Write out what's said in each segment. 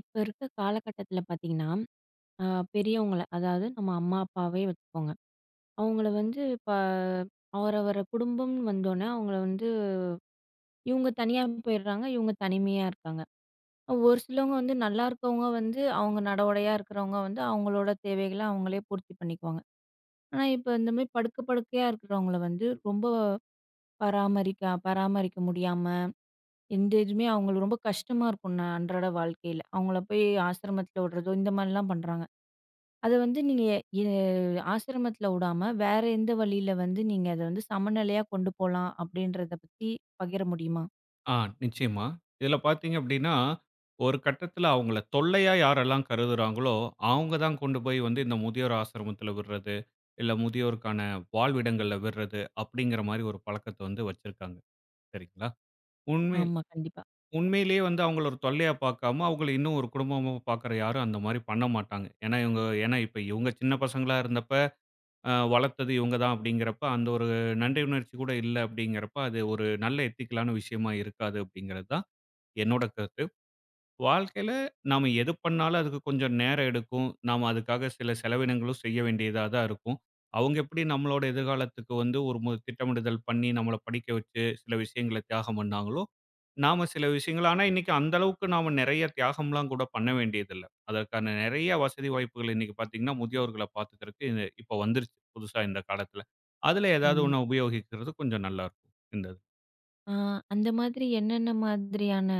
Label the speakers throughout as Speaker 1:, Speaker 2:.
Speaker 1: இப்ப இருக்க காலகட்டத்துல பாத்தீங்கன்னா, அ பெரியவங்கள அதாவது நம்ம அம்மா, அப்பாவே வச்சுக்கோங்க. அவங்கள வந்து இப்ப அவரவர குடும்பம்னு வந்தோனே, அவங்கள வந்து இவங்க தனியா போயிடுறாங்க, இவங்க தனிமையா இருக்காங்க. ஒரு சிலவங்க வந்து நல்லா இருக்கவங்க வந்து, அவங்க நடவடையா இருக்கிறவங்க வந்து அவங்களோட தேவைகள அவங்களே பூர்த்தி பண்ணிக்குவாங்க. ஆனா, இப்ப இந்த மாரி படுக்க படுக்கையா இருக்கிறவங்கள வந்து ரொம்ப பராமரிக்க பராமரிக்க முடியாம, எந்த இதுவுமே அவங்களுக்கு ரொம்ப கஷ்டமா இருக்கும், அன்றாட வாழ்க்கையில. அவங்கள போய் ஆசிரமத்துல விடுறதோ, இந்த மாரிலாம் பண்றாங்க. அத வந்து நீங்க எ ஆசிரமத்துல உடாம, வேற எந்த வழியில வந்து நீங்க அத வந்து சமநிலையா கொண்டு போலாம் அப்படின்றத பத்தி பகிர முடியுமா?
Speaker 2: ஆ, நிச்சயமா. இதில பார்த்தீங்க அப்டின்னா, ஒரு கட்டத்தில அவங்கள தொல்லையா யாரெல்லாம் கருதுறாங்களோ, அவங்க தான் கொண்டு போய் வந்து இந்த முதியோர் ஆசிரமத்தில விடுறது, இல்ல முதியோருக்கான வாழ்விடங்கள்ல விடுறது, அப்டிங்கிற மாரி ஒரு பழக்கத்த வந்து வச்சிருக்காங்க. சரிங்களா? உண்மை
Speaker 1: ஆமா, கண்டிப்பா.
Speaker 2: உண்மையிலேயே வந்து அவங்கள ஒரு தொல்லையா பார்க்காம, அவங்கள இன்னும் ஒரு குடும்பமா பார்க்குற யாரும் அந்த மாரி பண்ண மாட்டாங்க. ஏன்னா இப்ப இவங்க சின்ன பசங்களா இருந்தப்ப, வளர்த்தது இவங்க தான் அப்டிங்கிறப்ப, அந்த ஒரு நன்றி உணர்ச்சி கூட இல்ல அப்டிங்கிறப்ப, அது ஒரு நல்ல எத்திக்கலான விஷயமா இருக்காது அப்டிங்கிறது தான் என்னோட கருத்து. வாழ்க்கையில நாம எது பண்ணாலும் அதுக்கு கொஞ்சம் நேரம் எடுக்கும். நாம அதுக்காக சில செலவினங்களும் செய்ய வேண்டியதா தான் இருக்கும். அவங்க எப்படி நம்மளோட எதிர்காலத்துக்கு வந்து ஒரு திட்டமிடுதல் பண்ணி நம்மள படிக்க வச்சு சில விஷயங்கள தியாகம் பண்ணாங்களோ, நாம சில விஷயங்கள் ஆனா இன்னைக்கு அந்த அளவுக்கு நாம நெறைய தியாகம்லாம் கூட பண்ண வேண்டியதில்ல. அதற்கான நெறைய வசதி வாய்ப்புகள் இன்னைக்கு பார்த்தீங்கன்னா, முதியோர்கள பார்த்துக்கிறதுக்கு இப்ப வந்துருச்சு புதுசா இந்த காலத்துல. அதுல ஏதாவது
Speaker 1: ஆமா.
Speaker 2: ஒண்ண உபயோகிக்கிறது கொஞ்சம் நல்லா இருக்கும். இந்த இது.
Speaker 1: ஆ அந்த மாதிரி என்னென்ன மாதிரியான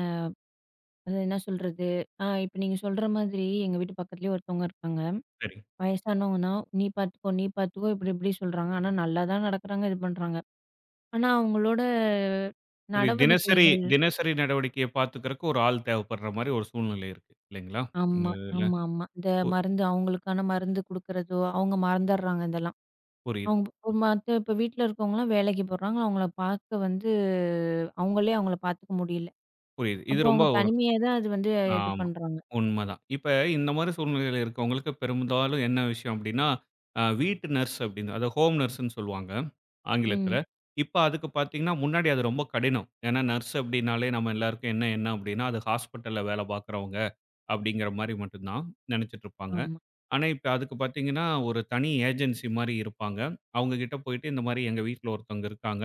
Speaker 1: அது என்ன சொல்றது? இப்ப நீங்க சொல்ற மாதிரி எங்க வீட்டு பக்கத்துலயே ஒருத்தவங்க இருக்காங்க.
Speaker 2: சரி.
Speaker 1: வயசானவங்கன்னா, "நீ பார்த்துக்கோ, நீ பார்த்துக்கோ" இப்படி இப்படி சொல்றாங்க. ஆனா நல்லா தான் நடக்குறாங்க, இது பண்றாங்க. ஆனா அவங்களோட
Speaker 2: ஒரு தினசரி
Speaker 1: நடவடிக்கைகள்
Speaker 2: தினசரி நடவடிக்கைய பார்த்துக்கிறக்கு ஒரு ஆள் தேவைப்படுற மாரி ஒரு சூழ்நிலை இருக்கு. இல்லைங்களா? இந்த
Speaker 1: ஆமா,
Speaker 2: இதுல.
Speaker 1: ஆமா. இந்த
Speaker 2: பு
Speaker 1: மருந்து அவங்களுக்கான மருந்து குடுக்குறதோ, அவங்க மறந்துடுறாங்க இதெல்லாம்.
Speaker 2: புரியுது,
Speaker 1: அவங்க ஒரு மத்த இப்ப வீட்ல இருக்கவங்கலாம் வேலைக்கு போறாங்க. அவங்கள பார்க்க வந்து அவங்களே அவங்கள பார்த்துக்க முடியல.
Speaker 2: புரியுது. இது
Speaker 1: அப்போ
Speaker 2: ரொம்ப
Speaker 1: அவங்க
Speaker 2: ஒரு
Speaker 1: தனிமையா தான் அது வந்து இது
Speaker 2: ஆமா.
Speaker 1: பண்றாங்க.
Speaker 2: உண்மதான். இப்ப இந்த மாரி சூழ்நிலையில இருக்கவங்களுக்கு பெரும்பாலும் என்ன விஷயம் அப்படின்னா, வீட்டு நர்ஸ் அப்படின்னு அத ஹோம் நர்ஸ்ன்னு சொல்லுவாங்க ஆங்கிலத்தில.
Speaker 1: ம்.
Speaker 2: இப்ப அதுக்கு பார்த்தீங்கன்னா, முன்னாடி அது ரொம்ப கடினம். ஏன்னா நர்ஸ் அப்படின்னாலே நம்ம எல்லாருக்கும் என்ன எண்ணம் அப்படின்னா, அது ஹாஸ்பிட்டல்ல வேலை பார்க்குறவங்க அப்படிங்கிற மாரி மட்டும் தான் நினைச்சுட்டு இருப்பாங்க.
Speaker 1: ஆமா.
Speaker 2: ஆனா, இப்ப அதுக்கு பார்த்தீங்கன்னா, ஒரு தனி ஏஜென்சி மாரி இருப்பாங்க. அவங்க கிட்ட போயிட்டு இந்த மாரி எங்க வீட்ல ஒருத்தவங்க இருக்காங்க.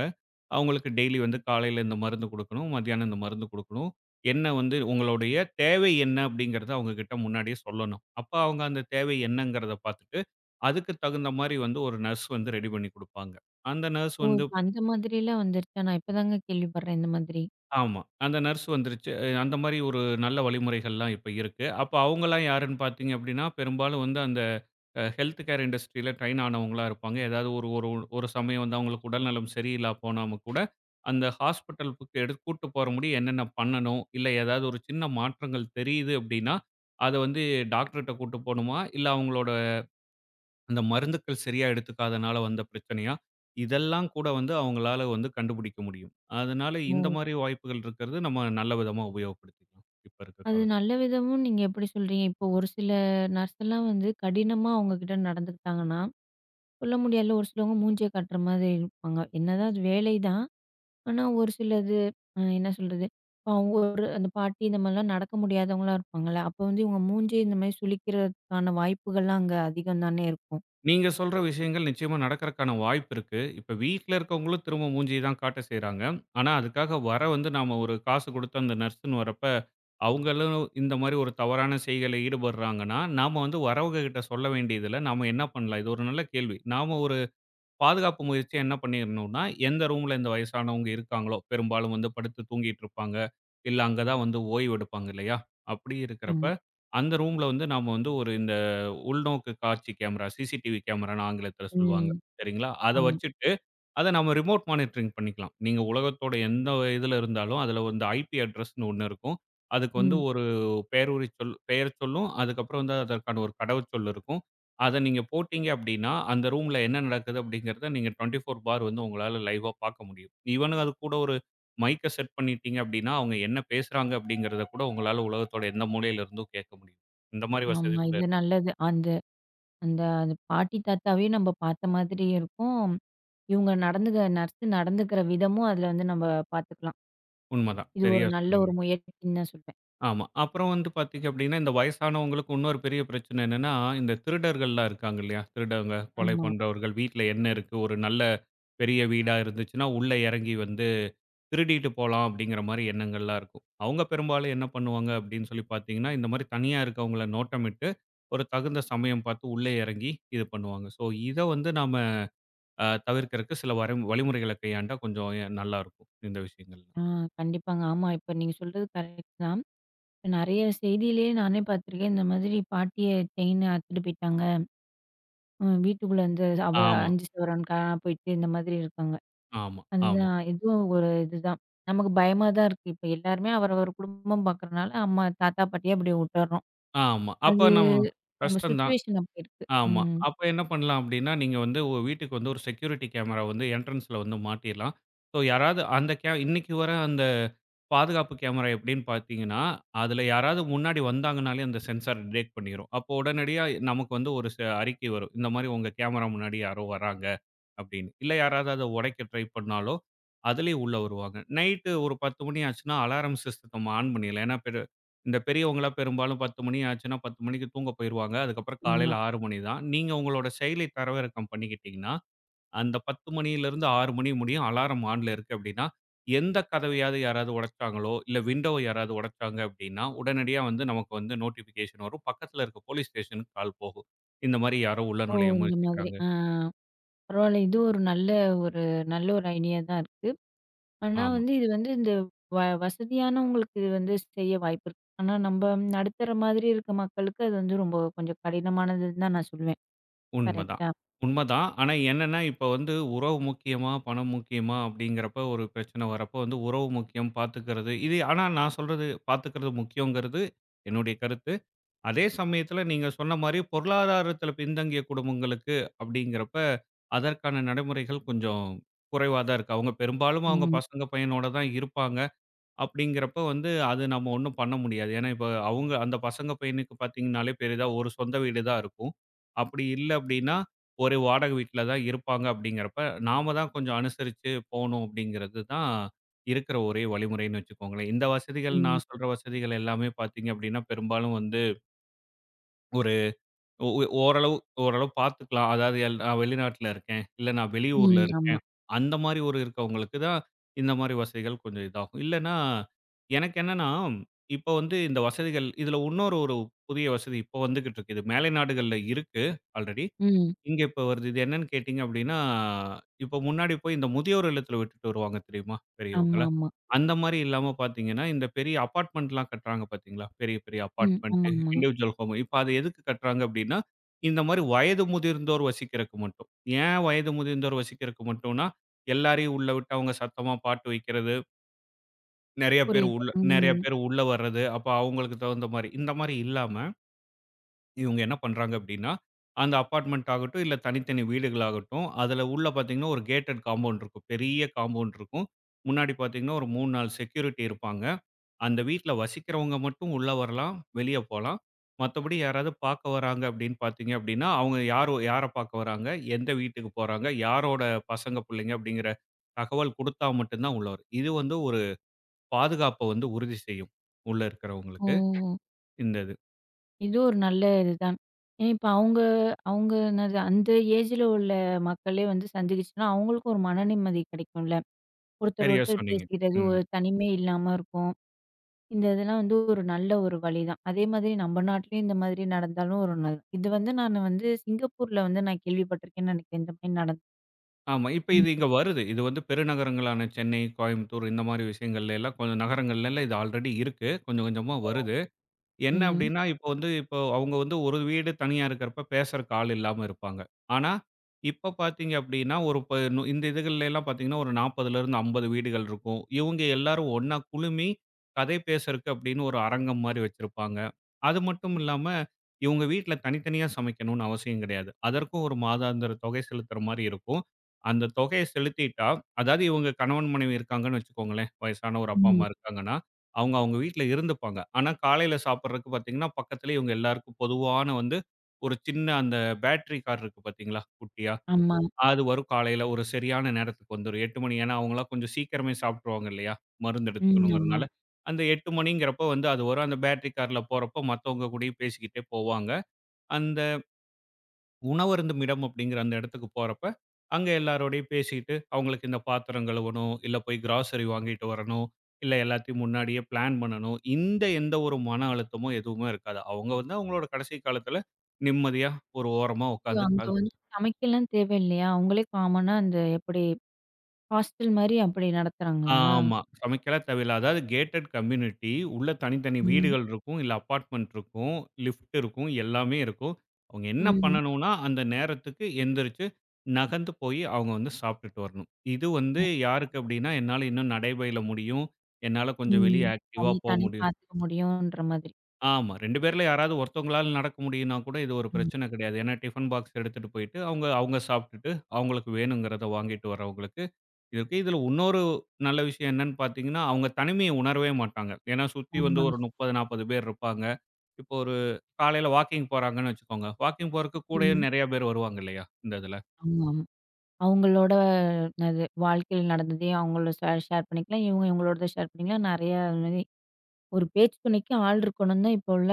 Speaker 2: அவங்களுக்கு டெய்லி வந்து காலையில இந்த மருந்து குடுக்கணும், மத்தியானம் இந்த மருந்து குடுக்கணும். என்ன வந்து உங்களுடைய தேவை என்ன அப்படிங்கிறத அவங்க கிட்ட முன்னாடியே சொல்லணும். அப்ப அவங்க அந்த தேவை என்னங்கிறத பார்த்துட்டு, அதுக்கு தகுந்த மாரி வந்து ஒரு நர்ஸ் வந்து ரெடி பண்ணி குடுப்பாங்க. அந்த நர்ஸ்
Speaker 1: ஓ!
Speaker 2: வந்து
Speaker 1: இப்ப அந்த மாதிரிலாம் வந்துருச்சா? நான் இப்பதாங்க கேள்விப்படுறேன் இந்த மாதிரி.
Speaker 2: ஆமா. அந்த நர்ஸ் வந்துருச்சு. அந்த மாரி ஒரு நல்ல வழிமுறைகள்லாம் இப்ப இருக்கு. அப்ப அவங்கலாம் யாருன்னு பார்த்தீங்க அப்டின்னா, பெரும்பாலும் வந்து அந்த ஹெல்த் கேர் இண்டஸ்ட்ரியில ட்ரெயின் ஆனவங்களா இருப்பாங்க. ஏதாவது ஒரு ஒரு ஒரு சமயம் வந்து அவங்களுக்கு உடல்நலம் சரியில்லா போனாம கூட, அந்த ஹாஸ்பிட்டலுக்கு கூட்டு போற முடிய என்னென்ன பண்ணணும்? இல்ல ஏதாவது ஒரு சின்ன மாற்றங்கள் தெரியுது அப்டின்னா, அத வந்து டாக்டர்ட்ட கூட்டு போணுமா? இல்ல அவங்களோட அந்த மருந்துக்கள் சரியா எடுத்துக்காதனால வந்த பிரச்சனையா? இதெல்லாம் கூட வந்து அவங்களால வந்து கண்டுபிடிக்க முடியும். அதனால இந்த
Speaker 1: ஓ!
Speaker 2: மாரி வாய்ப்புகள் இருக்கிறது நம்ம நல்ல விதமா உபயோகப்படுத்திக்கலாம். இப்ப இருக்க
Speaker 1: அது
Speaker 2: காலகட்டத்துல.
Speaker 1: நல்ல விதமும் நீங்க எப்படி சொல்றீங்க? இப்போ ஒரு சில நர்ஸ் எல்லாம் வந்து கடினமா அவங்க கிட்ட நடந்துக்கிட்டாங்கன்னா, சொல்ல முடியாதுல ஒரு சிலவங்க மூஞ்சிய காட்டுற மாதிரி இருப்பாங்க. என்னதான் அது வேலை தான். ஆனா, ஒரு சிலது என்ன சொல்றது? இப்ப அவங்க ஒரு அந்த பாட்டி இந்த மாரிலாம் நடக்க முடியாதவங்களா இருப்பாங்கல்ல. அப்போ வந்து இவங்க மூஞ்சி இந்த மாரி சுளிக்கிறதுக்கான வாய்ப்புகள்லாம் அங்க அதிகம் தானே இருக்கும்.
Speaker 2: நீங்க சொல்ற விஷயங்கள் நிச்சயமா நடக்கறக்கான வாய்ப்பு இருக்கு. இப்ப வீட்ல இருக்கவங்களும் திரும்ப மூஞ்சிய தான் காட்ட செய்றாங்க. ஆனா அதுக்காக வந்து நாம ஒரு காசு குடுத்து அந்த நர்ஸ்ன்னு வரப்ப, அவங்களும் இந்த மாரி ஒரு தவறான செய்கையில ஈடுபடுறாங்கன்னா, நாம வந்து வரவங்ககிட்ட சொல்ல வேண்டியதில்ல. நாம என்ன பண்ணலாம்? இது ஒரு நல்ல கேள்வி. நாம பாதுகாப்பு முயற்சி என்ன பண்ணிரணும்னா, எந்த ரூம்ல இந்த வயசானவங்க இருக்காங்களோ, பெரும்பாலும் வந்து படுத்து தூங்கிட்டு இருப்பாங்க. இல்ல அங்க தான் வந்து ஓய்வு எடுப்பாங்க இல்லையா? அப்படி இருக்கிறப்ப,
Speaker 1: ஆமா.
Speaker 2: அந்த ரூம்ல வந்து நாம வந்து ஒரு இந்த உள்நோக்கு காட்சி கேமரா, சிசிடிவி கேமரான்னு ஆங்கிலத்தில சொல்லுவாங்க.
Speaker 1: ம்.
Speaker 2: சரிங்களா? அத
Speaker 1: ஆமா.
Speaker 2: வச்சுட்டு, அத நம்ம ரிமோட் மானிட்டரிங் பண்ணிக்கலாம். நீங்க உலகத்தோட எந்த இதுல இருந்தாலும், அதில வந்து ஐபி அட்ரஸ்ன்னு ஒண்ணு இருக்கும். அதுக்கு வந்து
Speaker 1: ம்.
Speaker 2: ஒரு பேருரி சொல் பெயர் சொல்லும். அதுக்கப்புறம் வந்து அதற்கான ஒரு கடவுச்சொல் இருக்கும். அத நீங்க போட்டீங்க அப்படின்னா, அந்த ரூம்ல என்ன நடக்குது அப்படிங்கிறத நீங்க 24 பார் வந்து உங்களால லைவ்வா பார்க்க முடியும். ஈவன் அது கூட ஒரு மைக்க செட் பண்ணிட்டீங்க அப்படின்னா, அவங்க என்ன பேசுறாங்க அப்படிங்கிறத கூட உங்களால உலகத்தோட எந்த மூலையில இருந்தும் கேட்க முடியும். இந்த மாரி வசதி
Speaker 1: ஆமா.
Speaker 2: கூட
Speaker 1: இது
Speaker 2: இருக்கு.
Speaker 1: நல்லது. அந்த அந்த அந்த பாட்டி, தாத்தாவே நம்ப பார்த்த மாதிரி இருக்கும். இவங்க நடந்துக்க நர்ஸ் நடந்துக்கிற விதமும் அதுல வந்து நம்ம பார்த்துக்கலாம்.
Speaker 2: உண்மதான்.
Speaker 1: இது ஒரு
Speaker 2: சரியா
Speaker 1: நல்ல
Speaker 2: சொன்னீங்க.
Speaker 1: ஒரு முயற்சின்னு தான் சொல்வேன்.
Speaker 2: ஆமா. அப்புறம் வந்து பார்த்தீங்க அப்படின்னா, இந்த வயசானவங்களுக்கு இன்னொரு பெரிய பிரச்சனை என்னன்னா, இந்த திருடர்கள்லாம் இருக்காங்க இல்லையா? திருடங்க, கொலை
Speaker 1: ஆமா.
Speaker 2: பண்றவர்கள், வீட்ல என்ன இருக்கு? ஒரு நல்ல பெரிய வீடா இருந்துச்சுன்னா, உள்ள இறங்கி வந்து திருடிட்டு போலாம் அப்படிங்கிற மாரி எண்ணங்கள்லாம் இருக்கும். அவங்க பெரும்பாலும் என்ன பண்ணுவாங்க அப்படின்னு சொல்லி பார்த்தீங்கன்னா, இந்த மாரி தனியா இருக்கவங்கள நோட்டமிட்டு, ஒரு தகுந்த சமயம் பார்த்து உள்ளே இறங்கி இது பண்ணுவாங்க. ஸோ, இத வந்து நாம தவிர்க்கிறதுக்கு சில வரை வழிமுறைகளை கையாண்டா கொஞ்சம் நல்லாருக்கும், இந்த விஷயங்கள்ல.
Speaker 1: ஆ கண்டிப்பாங்க. ஆமா. இப்ப நீங்க சொல்றது கரெக்ட் தான். நெறைய செய்தியிலேயே நானே பார்த்துருக்கேன். இந்த மாதிரி பாட்டிய செயின் அறுத்துட்டு போயிட்டாங்க. ம் வீட்டுக்குள்ள இந்த அவ
Speaker 2: ஆமா,
Speaker 1: 5 சவரன் காணாம போயிட்டு இந்த மாதிரி இருக்காங்க.
Speaker 2: ஆமா, ஆமா.
Speaker 1: அதுதான் இதுவும் ஒரு இதுதான். நமக்கு பயமா தான் இருக்கு. இப்ப எல்லாருமே அவரவர் குடும்பம் பார்க்கறனால, அம்மா தாத்தா பாட்டிய அப்படியே விட்டுர்றோம்.
Speaker 2: ஆமா.
Speaker 1: அது
Speaker 2: அப்ப நம்ம
Speaker 1: நம்ம
Speaker 2: கஷ்டம் தான்.
Speaker 1: சிச்சுவேஷன் அப்படி இருக்கு.
Speaker 2: ஆமா.
Speaker 1: ம்.
Speaker 2: அப்ப என்ன பண்ணலாம் அப்டின்னா, நீங்க வந்து உங்க வீட்டுக்கு வந்து ஒரு செக்யூரிட்டி கேமரா வந்து என்ட்ரன்ஸ்ல வந்து மாட்டிறலாம். ஸோ யாராவது அந்த இன்னைக்கு வர அந்த பாதுகாப்பு கேமரா எப்டின்னு பார்த்தீங்கன்னா, அதுல யாராவது முன்னாடி வந்தாங்கனாலே அந்த சென்சார் டிடெக்ட் பண்ணிரும். அப்போ உடனடியா நமக்கு வந்து ஒரு அறிக்கை வரும். இந்த மாரி உங்க கேமரா முன்னாடி யாரோ வராங்க. அப்படின்னு. இல்ல யாராவது அத உடைக்க ட்ரை பண்ணாலோ, அதிலேயே உள்ள வருவாங்க. நைட்டு ஒரு 10:00 மணி ஆச்சுன்னா, அலாரம் சிஸ்டத்த ஆன் பண்ணிடலாம். ஏன்னா, இந்த பெரியவங்கலாம் பெரும்பாலும் 10:00 மணி ஆச்சுன்னா, 10:00 மணிக்கு தூங்க போயிருவாங்க. அதுக்கப்புறம்
Speaker 1: ஆமா.
Speaker 2: காலையில 6:00 மணி தான். நீங்க உங்களோட செயலி தரவிறக்கம் பண்ணிக்கிட்டீங்கன்னா, அந்த 10:00 மணியிலிருந்து 6:00 மணி முடியும் அலாரம் ஆன்ல இருக்கு அப்படின்னா, எந்த கதவையாவது யாராவது உடைச்சாங்களோ, இல்ல விண்டோவ யாராவது உடைச்சாங்க அப்படின்னா, உடனடியா வந்து நமக்கு வந்து நோட்டிஃபிகேஷன் வரும். பக்கத்துல இருக்க போலீஸ் ஸ்டேஷனுக்கு கால் போகும். இந்த மாரி யாரோ உள்ள
Speaker 1: ஓ!
Speaker 2: நுழைய
Speaker 1: இந்த மாதிரி.
Speaker 2: முயற்சிக்கிறாங்க.
Speaker 1: பரவால்ல. இது ஒரு நல்ல ஒரு ஐடியா தான் இருக்கு. ஆனா
Speaker 2: ஆமா.
Speaker 1: வந்து இது வந்து இந்த வசதியானவங்களுக்கு இது வந்து செய்ய வாய்ப்பு இருக்கு. ஆனா நம்ம நடுத்தர மாதிரி இருக்க மக்களுக்கு அது வந்து ரொம்ப கொஞ்சம் கடினமானதுன்னு தான் நான் சொல்லுவேன்.
Speaker 2: உண்மதான்.
Speaker 1: கரெக்ட்டா?
Speaker 2: உண்மதான். ஆனா என்னன்னா, இப்ப வந்து உறவு முக்கியமா? பணம் முக்கியமா? அப்படிங்கிறப்ப ஒரு பிரச்சனை வரப்போ வந்து உறவு முக்கியம், பாத்துக்கிறது. இது ஆனா நான் சொல்றது பாத்துக்கிறது முக்கியங்கிறது என்னுடைய கருத்து. அதே சமயத்துல நீங்க சொன்ன மாரி பொருளாதாரத்துல பின்தங்கிய குடும்பங்களுக்கு அப்படிங்கிறப்ப, அதற்கான நடைமுறைகள் கொஞ்சம் குறைவா தான் இருக்கு. அவங்க பெரும்பாலும் அவங்க
Speaker 1: ம்.
Speaker 2: பசங்க, பையனோட தான் இருப்பாங்க. அப்படிங்கிறப்ப வந்து அது நம்ம ஒண்ணும் பண்ண முடியாது. ஏன்னா, இப்ப அவங்க அந்த பசங்க பையனுக்கு பார்த்தீங்கன்னாலே பெரிதா ஒரு சொந்த வீடு தான் இருக்கும். அப்படி இல்ல அப்படின்னா, ஒரு வாடகை வீட்ல தான் இருப்பாங்க அப்படிங்கிறப்ப, நாம தான் கொஞ்சம் அனுசரிச்சு போணும் அப்படிங்கிறது தான் இருக்கிற ஒரே வழிமுறைன்னு வச்சுக்கோங்களேன். இந்த வசதிகள்
Speaker 1: ம்.
Speaker 2: நான் சொல்ற வசதிகள் எல்லாமே பார்த்தீங்க அப்படின்னா, பெரும்பாலும் வந்து ஒரு ஓ ஓ ஓரளவு ஓரளவு பார்த்துக்கலாம். அதாவது நான் வெளிநாட்ல இருக்கேன். இல்ல நான் வெளியூர்ல
Speaker 1: ம்.
Speaker 2: இருக்கேன்.
Speaker 1: ஆமா.
Speaker 2: அந்த மாரி ஒரு இருக்கவங்களுக்கு தான் இந்த மாரி வசதிகள் கொஞ்சம் இதாகும். இல்லன்னா, எனக்கு என்னன்னா, இப்போ வந்து இந்த வசதிகள் இதுல இன்னொரு ஒரு புதிய வசதி இப்போ வந்துகிட்டு இருக்கு. இது மேலை நாடுகள்ல இருக்கு ஆல்ரெடி.
Speaker 1: ம்.
Speaker 2: இங்க இப்ப வருது. இது என்னன்னு கேட்டீங்க அப்டின்னா, இப்ப முன்னாடி போய் இந்த முதியோர் இல்லத்துல விட்டுட்டு வருவாங்க தெரியுமா? பெரியவங்கள.
Speaker 1: ஆமாமா.
Speaker 2: அந்த மாரி இல்லாம பார்த்தீங்கன்னா, இந்த பெரிய அபார்ட்மெண்ட்லாம் கட்டுறாங்க பார்த்தீங்களா? பெரிய, பெரிய
Speaker 1: ம்.
Speaker 2: அபார்ட்மெண்ட்டு,
Speaker 1: ஆமாமா.
Speaker 2: Individual home. இப்ப அது எதுக்கு கட்டுறாங்க அப்டின்னா, இந்த மாரி வயது முதிர்ந்தோர் வசிக்கிறக்கு மட்டும். ஏன் வயது முதிர்ந்தோர் வசிக்கிறக்கு மட்டும்னா, எல்லாரையும் உள்ள விட்டு அவங்க சத்தமா பாட்டு வைக்கிறது,
Speaker 1: புரியுது.
Speaker 2: நெறைய
Speaker 1: ம்.
Speaker 2: பேர் உள்ள வர்றது, அப்ப அவங்களுக்கு தகுந்த மாரி இந்த மாரி இல்லாம, இவங்க என்ன பண்றாங்க அப்படின்னா, அந்த அபார்ட்மெண்ட் ஆகட்டும், இல்ல தனித்தனி வீடுகளாகட்டும், அதில உள்ள பார்த்தீங்கன்னா, ஒரு கேட்டட் காம்பவுண்ட் இருக்கும். பெரிய காம்பவுண்ட் இருக்கும். முன்னாடி பார்த்தீங்கன்னா, ஒரு 3, 4 செக்யூரிட்டி இருப்பாங்க. அந்த வீட்ல வசிக்கிறவங்க மட்டும் உள்ள வரலாம், வெளிய போலாம். மத்தபடி யாராவது பார்க்க வராங்க அப்படின்னு பார்த்தீங்க அப்படின்னா, அவங்க யார் யார பார்க்க வராங்க, எந்த வீட்டுக்கு போறாங்க, யாரோட பசங்க, பிள்ளைங்க அப்படிங்கிற தகவல் குடுத்தா மட்டும் தான் உள்ள வரும். இது வந்து ஒரு பாதுகாப்ப வந்து உறுதி செய்யும். உள்ள இருக்கிறவங்களுக்கு,
Speaker 1: ஓ!
Speaker 2: இந்த இது.
Speaker 1: இது ஒரு நல்ல இதுதான். ஏன் இப்ப அவங்க அவங்க என்னது அந்த ஏஜ்ல உள்ள மக்களே வந்து சந்திச்சுச்சுன்னா, அவங்களுக்கும் ஒரு மன நிம்மதி கிடைக்கும்ல. ஒருத்தர்
Speaker 2: சரியா
Speaker 1: ஒருத்தர்
Speaker 2: சொன்னீங்க.
Speaker 1: பேசிக்கிறது
Speaker 2: ம்.
Speaker 1: ஒரு தனிமை இல்லாம இருக்கும். இந்த இதெல்லாம் வந்து ஒரு நல்ல ஒரு வழிதான். அதே மாதிரி நம்ம நாட்டிலயும் இந்த மாதிரி நடந்தாலும் ஒரு நல்ல இது வந்து நானு வந்து சிங்கப்பூர்ல வந்து நான் கேள்விப்பட்டிருக்கேன்னு நினைக்கிறேன். இந்த மாரி நடந்
Speaker 2: ஆமா. இப்ப
Speaker 1: ம்.
Speaker 2: இது இங்க வருது. இது வந்து பெருநகரங்களான சென்னை, கோயம்புத்தூர் இந்த மாரி விஷயங்கள்ல எல்லாம் கொஞ்சம் நகரங்கள்ல எல்லாம் இது ஆல்ரெடி இருக்கு. கொஞ்சம் கொஞ்சமா வருது. என்ன
Speaker 1: ம்.
Speaker 2: அப்டின்னா, இப்போ வந்து இப்போ அவங்க வந்து ஒரு வீடு தனியா இருக்கிறப்ப பேசுறக்கு ஆள் இல்லாம இருப்பாங்க. ஆனா, இப்ப பாத்தீங்க அப்டின்னா, ஒரு ப நு இந்த இதுகள்லலாம் பாத்தீங்கன்னா, ஒரு 40லிருந்து 50 வீடுகள் இருக்கும். இவங்க எல்லாரும் ஒண்ணா குழுமி கதை பேசுறக்கு அப்டின்னு ஒரு அரங்கம் மாரி வச்சிருப்பாங்க. அது மட்டும் இல்லாம, இவங்க வீட்ல தனித்தனியா சமைக்கணும்னு அவசியம் கிடையாது. அதற்கும் ஒரு மாதாந்திர தொகை செலுத்துற மாரி இருக்கும். அந்த தொகைய செலுத்திட்டா, அதாவது இவங்க கணவன், மனைவி இருக்காங்கன்னு வச்சுக்கோங்களேன், வயசான ஒரு அப்பா, அம்மா
Speaker 1: ம்.
Speaker 2: இருக்காங்கன்னா, அவங்க வீட்ல இருந்துப்பாங்க. ஆனா காலையில சாப்பிடுறதுக்கு பார்த்தீங்கன்னா, பக்கத்திலேயே இவங்க எல்லாருக்கும் பொதுவான வந்து ஒரு சின்ன அந்த பேட்டரி கார் இருக்கு பார்த்தீங்களா? குட்டியா.
Speaker 1: ஆமா.
Speaker 2: அது வரும் காலையில ஒரு சரியான நேரத்துக்கு வந்துரும். 8 மணி. ஏன்னா அவங்கலாம் கொஞ்சம் சீக்கிரமே சாப்பிட்டுருவாங்க இல்லையா? மருந்து
Speaker 1: ம். ஆமா.
Speaker 2: எடுத்துக்கணுங்கிறனால. அந்த 8 மணிங்கிறப்ப வந்து அது வரும். அந்த பேட்டரி கார்ல போறப்போ மத்தவங்க கூடயும் பேசிக்கிட்டே போவாங்க. அந்த உணவருந்துமிடம் அப்படிங்கிற அந்த இடத்துக்கு போறப்ப, அங்க எல்லாரோடையும் பேசிட்டு, அவங்களுக்கு இந்த பாத்திரம் கழுவணும், இல்ல போய் கிராசரி வாங்கிட்டு வரணும், இல்ல எல்லாத்தையும் முன்னாடியே பிளான் பண்ணணும். இந்த எந்த ஒரு மன அழுத்தமும் எதுவுமே இருக்காது. அவங்க வந்து அவங்களோட கடைசி காலத்துல நிம்மதியா ஒரு ஓரமா
Speaker 1: ஐயோ,
Speaker 2: உட்காந்து
Speaker 1: அங்க வந்து சமைக்கலாம் தேவையில்லையா? அவங்களே காமனா அந்த எப்படி ஹாஸ்டல் மாரி அப்படி நடத்துறாங்களா?
Speaker 2: ஆமா. சமைக்கல தேவையில்ல. அதாவது கேட்டட் கம்யூனிட்டி. உள்ள தனித்தனி
Speaker 1: ம்.
Speaker 2: வீடுகள் இருக்கும். இல்ல அபார்ட்மெண்ட் இருக்கும். லிஃப்ட் இருக்கும். எல்லாமே இருக்கும். அவங்க என்ன
Speaker 1: ம்.
Speaker 2: பண்ணணும்னா, அந்த நேரத்துக்கு எந்திரிச்சு நகர்ந்து போய் அவங்க வந்து சாப்பிட்டுட்டு வரணும். இது வந்து
Speaker 1: ஓ.
Speaker 2: யாருக்கு அப்படின்னா, என்னால இன்னும் நடைபயில முடியும். என்னால கொஞ்சம் வெளிய
Speaker 1: ம்.
Speaker 2: ஆக்டிவா
Speaker 1: தனி
Speaker 2: போ
Speaker 1: தானே
Speaker 2: முடியும்.
Speaker 1: பார்த்துக்க முடியுன்ற மாதிரி.
Speaker 2: ஆமா. 2 பேர்ல யாராவது ஒருத்தவங்களால நடக்க முடியும்னா கூட இது ஒரு
Speaker 1: ஆமா.
Speaker 2: பிரச்சனை கிடையாது. ஏன்னா டிஃபன் பாக்ஸ் எடுத்துட்டு போயிட்டு, அவங்க அவங்க சாப்பிட்டுட்டு, அவங்களுக்கு வேணுங்கிறத வாங்கிட்டு வரவங்களுக்கு இருக்கு. இதுல இன்னொரு நல்ல விஷயம் என்னன்னு பார்த்தீங்கன்னா, அவங்க தனிமைய உணரவே மாட்டாங்க. ஏன்னா சுத்தி வந்து
Speaker 1: ஆமாங்க.
Speaker 2: ஒரு 30, 40 பேர் இருப்பாங்க. இப்போ ஒரு காலையில வாக்கிங் போறாங்கன்னு வச்சுக்கோங்க. வாக்கிங் போறதுக்கு கூடயே
Speaker 1: ம்.
Speaker 2: நெறைய பேர் வருவாங்க இல்லையா? இந்த இதுல.
Speaker 1: ஆமா. அவங்களோட என்னது வாழ்க்கையில நடந்ததையும் அவங்களோட ஷேர் ஷேர் பண்ணிக்கலாம். இவங்க இவங்களோடத ஷேர் பண்ணிக்கலாம். நெறையா அது மாரி ஒரு பேச்சு துணைக்கு ஆள் இருக்கணும்னு தான் இப்போ உள்ள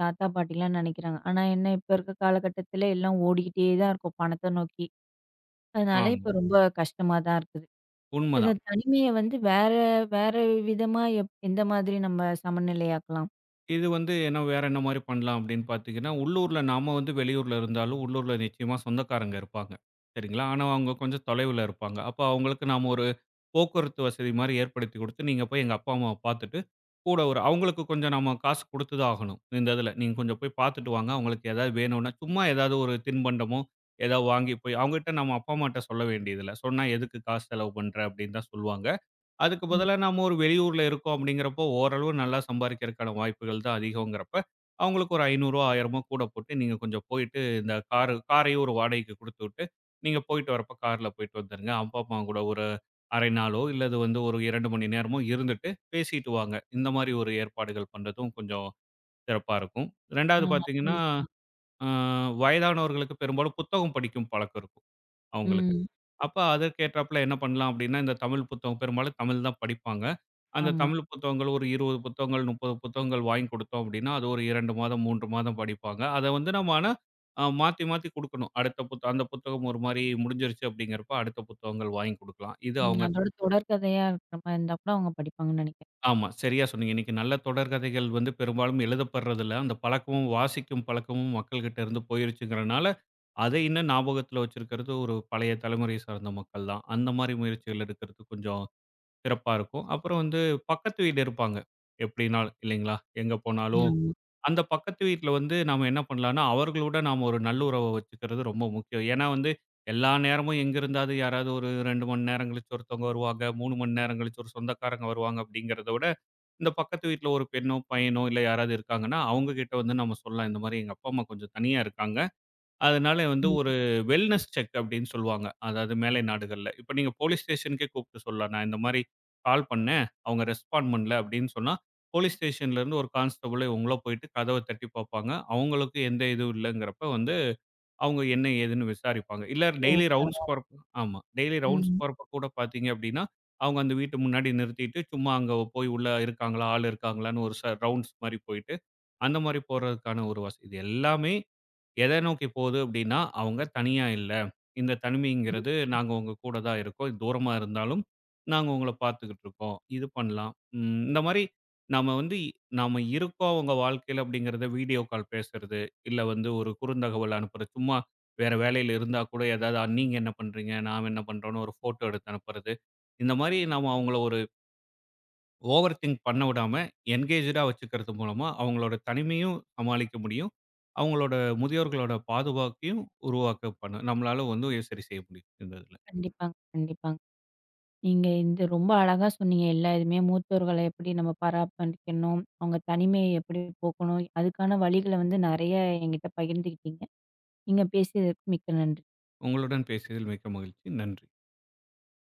Speaker 1: தாத்தா, பாட்டிலாம் நெனைக்கிறாங்க. ஆனா என்ன இப்ப இருக்க காலகட்டத்தில எல்லாம் ஓடிக்கிட்டே தான் இருக்கும் பணத்த நோக்கி. அதனால
Speaker 2: ஆமா.
Speaker 1: இப்ப ரொம்ப கஷ்டமா தான் இருக்குது. இப்ப இந்த
Speaker 2: உண்மதான்.
Speaker 1: தனிமைய வந்து வேற வேற விதமா எந்த மாதிரி நம்ம சமநிலையாக்கலாம்?
Speaker 2: இது வந்து என்ன வேற என்ன மாரி பண்ணலாம் அப்படின்னு பார்த்தீங்கன்னா, உள்ளூர்ல நாம வந்து வெளியூர்ல இருந்தாலும், உள்ளூர்ல நிச்சயமா சொந்தக்காரங்க இருப்பாங்க. சரிங்களா? ஆனா அவங்க கொஞ்சம் தொலைவுல இருப்பாங்க. அப்ப அவங்களுக்கு நாம ஒரு போக்குவரத்து வசதி மாரி ஏற்படுத்தி குடுத்து, நீங்க போய் எங்க அப்பா, அம்மாவ பார்த்துட்டு, கூட ஒரு அவங்களுக்கு கொஞ்சம் நாம காசு குடுத்து தான் ஆகணும். இந்த இதுல. நீங்க கொஞ்சம் போய் பார்த்துட்டு வாங்க. அவங்களுக்கு ஏதாவது வேணும்னா, சும்மா ஏதாவது ஒரு தின்பண்டமோ, ஏதாவது வாங்கி போய் அவங்ககிட்ட நம்ம அப்பா, அம்மாட்ட சொல்ல வேண்டியதில்ல. சொன்னா எதுக்கு காசு செலவு பண்ற அப்படின்னு தான் சொல்லுவாங்க. அதுக்கு
Speaker 1: ம்.
Speaker 2: பதிலா நாம ஒரு வெளியூர்ல இருக்கோம் அப்படிங்கிறப்போ, ஓரளவு நல்லா சம்பாரிக்கிறதுக்கான வாய்ப்புகள் தான் அதிகம்ங்கிறப்ப, அவங்களுக்கு ஒரு ரூ. 500 1000 கூட போட்டு நீங்க கொஞ்சம் போயிட்டு இந்த காரையும் ஒரு வாடகைக்கு குடுத்துவிட்டு, நீங்க போயிட்டு வரப்ப கார்ல போயிட்டு வந்துருங்க. அப்பா, அம்மா கூட ஒரு 1/2 நாளோ இல்லது வந்து ஒரு 2 மணி நேரமோ இருந்துட்டு பேசிட்டு வாங்க. இந்த மாரி ஒரு ஏற்பாடுகள் பண்றதும் கொஞ்சம் சிறப்பா இருக்கும்.
Speaker 1: ஆ
Speaker 2: 2வது
Speaker 1: நல்ல
Speaker 2: பார்த்தீங்கன்னா,
Speaker 1: விஷயம்.
Speaker 2: அ வயதானவர்களுக்கு பெரும்பாலும் புத்தகம் படிக்கும் பழக்கம் இருக்கும். அவங்களுக்கு.
Speaker 1: ம்.
Speaker 2: அப்ப அதற்கு ஏற்றாப்புல என்ன பண்ணலாம் அப்படின்னா, இந்த தமிழ் புத்தகம் பெரும்பாலும் தமிழ் தான் படிப்பாங்க. அந்த
Speaker 1: ஆமா.
Speaker 2: தமிழ் புத்தகங்கள் ஒரு 20 புத்தகங்கள், 30 புத்தகங்கள் வாங்கி கொடுத்தோம் அப்படின்னா, அது ஒரு 2 மாதம், 3 மாதம் படிப்பாங்க. அத வந்து நம்ம ஆனா மாத்தி குடுக்கணும். அடுத்த புத்த அந்த புத்தகம் ஒரு மாரி முடிஞ்சிருச்சு அப்படிங்கிறப்ப, அடுத்த புத்தகங்கள் வாங்கி குடுக்கலாம். இது
Speaker 1: ம்.
Speaker 2: அவங்க
Speaker 1: அதோட தொடர்கதையா இருக்கிற மாரி இருந்தா கூட அவங்க படிப்பாங்கன்னு நெனைக்கிறேன்.
Speaker 2: ஆமா, சரியா சொன்னீங்க. இன்னைக்கு நல்ல தொடர்கதைகள் வந்து பெரும்பாலும் எழுதப்படுறதில்ல. அந்த பழக்கமும் வாசிக்கும் பழக்கமும் மக்கள்கிட்ட இருந்து போயிருச்சுங்கிறனால அத இன்னும் ஞாபகத்துல வச்சிருக்கிறது ஒரு பழைய தலைமுறையை சார்ந்த மக்கள் தான். அந்த மாரி முயற்சிகள் எடுக்கிறது கொஞ்சம் சிறப்பா இருக்கும். அப்புறம் வந்து பக்கத்து வீடு இருப்பாங்க. எப்படினாலும் இல்லைங்களா? எங்க போனாலும்
Speaker 1: ஆமா.
Speaker 2: அந்த பக்கத்து வீட்ல வந்து நாம என்ன பண்ணலாம்னா, அவர்களோட நாம ஒரு நல்லுறவ வச்சுக்கிறது ரொம்ப முக்கியம். ஏன்னா வந்து எல்லா நேரமும் எங்கிருந்தாவது யாராவது ஒரு 2 மணி நேரம் கழிச்சு ஒருத்தவங்க வருவாங்க, 3 மணி நேரம் கழிச்சு ஒரு சொந்தக்காரங்க வருவாங்க அப்படிங்கிறத விட, இந்த பக்கத்து வீட்ல ஒரு பெண்ணோ, பையனோ இல்ல யாராவது இருக்காங்கன்னா, அவங்க கிட்ட வந்து நம்ம சொல்லலாம். இந்த மாரி எங்க அப்பா, அம்மா கொஞ்சம் தனியா இருக்காங்க. அதனால வந்து ஒரு
Speaker 1: ம்.
Speaker 2: வெல்னஸ் செக் அப்படின்னு சொல்லுவாங்க. அதாவது மேலை நாடுகள்ல. இப்ப நீங்க போலீஸ் ஸ்டேஷனுக்கே கூப்பிட்டு சொல்லலாம். "நான் இந்த மாரி கால் பண்ணேன். அவங்க ரெஸ்பாண்ட் பண்ணல" அப்படின்னு சொன்னா, போலீஸ் ஸ்டேஷன்ல இருந்து ஒரு கான்ஸ்டபிளே உள்ள போயிட்டு கதவ தட்டி பார்ப்பாங்க. அவங்களுக்கு எந்த இதுவும் இல்லங்கிறப்ப வந்து, அவங்க என்ன ஏதுன்னு விசாரிப்பாங்க. இல்ல
Speaker 1: ஓ!
Speaker 2: டெய்லி ரவுண்ட்ஸ்
Speaker 1: பரவால்ல.
Speaker 2: போறப்ப ஆமா. டெய்லி ரவுண்ட்ஸ்
Speaker 1: ம்.
Speaker 2: போறப்ப கூட பார்த்தீங்க அப்படின்னா, அவங்க அந்த வீட்டு முன்னாடி நிறுத்திட்டு, சும்மா அங்க போய் உள்ள இருக்காங்களா? ஆள் இருக்காங்களான்னு ஒரு ரவுண்ட்ஸ் மாரி போயிட்டு, அந்த மாரி போறதுக்கான ஒரு வசதி. இது எல்லாமே எதை நோக்கி போகுது அப்படின்னா, அவங்க தனியா இல்ல. இந்த தனிமைங்கிறது நாங்க உங்க கூட தான் இருக்கோம். தூரமா இருந்தாலும் நாங்க உங்கள பார்த்துக்கிட்டு இருக்கோம். இது பண்ணலாம். ம் இந்த மாரி நாம வந்து நாம இருக்கோம் அவங்க வாழ்க்கையில அப்படிங்கிறத வீடியோ கால் பேசுறது, இல்ல வந்து ஒரு குறுந்தகவல் அனுப்புறது. சும்மா வேற வேலையில இருந்தா கூட ஏதாவது நீங்க என்ன பண்றீங்க? நான் என்ன பண்றோம்ன்னு ஒரு ஃபோட்டோ எடுத்து அனுப்புறது. இந்த மாரி நாம அவங்கள ஒரு ஓவர் திங்க் பண்ண விடாம, என்கேஜ்டா வச்சுக்கிறது மூலமா அவங்களோட தனிமையும் சமாளிக்க முடியும். அவங்களோட முதியோர்களோட பாதுகாப்பையும் உருவாக்க பண்ண நம்மளால வந்து சரி செய்ய முடியும் இந்த இதுல.
Speaker 1: கண்டிப்பாங்க. நீங்க இந்த ரொம்ப அழகா சொன்னீங்க. எல்லா இதுவுமே மூத்தோர்கள எப்படி நம்ம பராமரிக்கணும், அவங்க தனிமையை எப்படி போக்கணும், அதுக்கான வழிகள வந்து நெறைய என்கிட்ட பகிர்ந்துக்கிட்டீங்க. நீங்க பேசியதற்கு மிக்க நன்றி.
Speaker 2: உங்களுடன் பேசியதில் மிக்க மகிழ்ச்சி. நன்றி.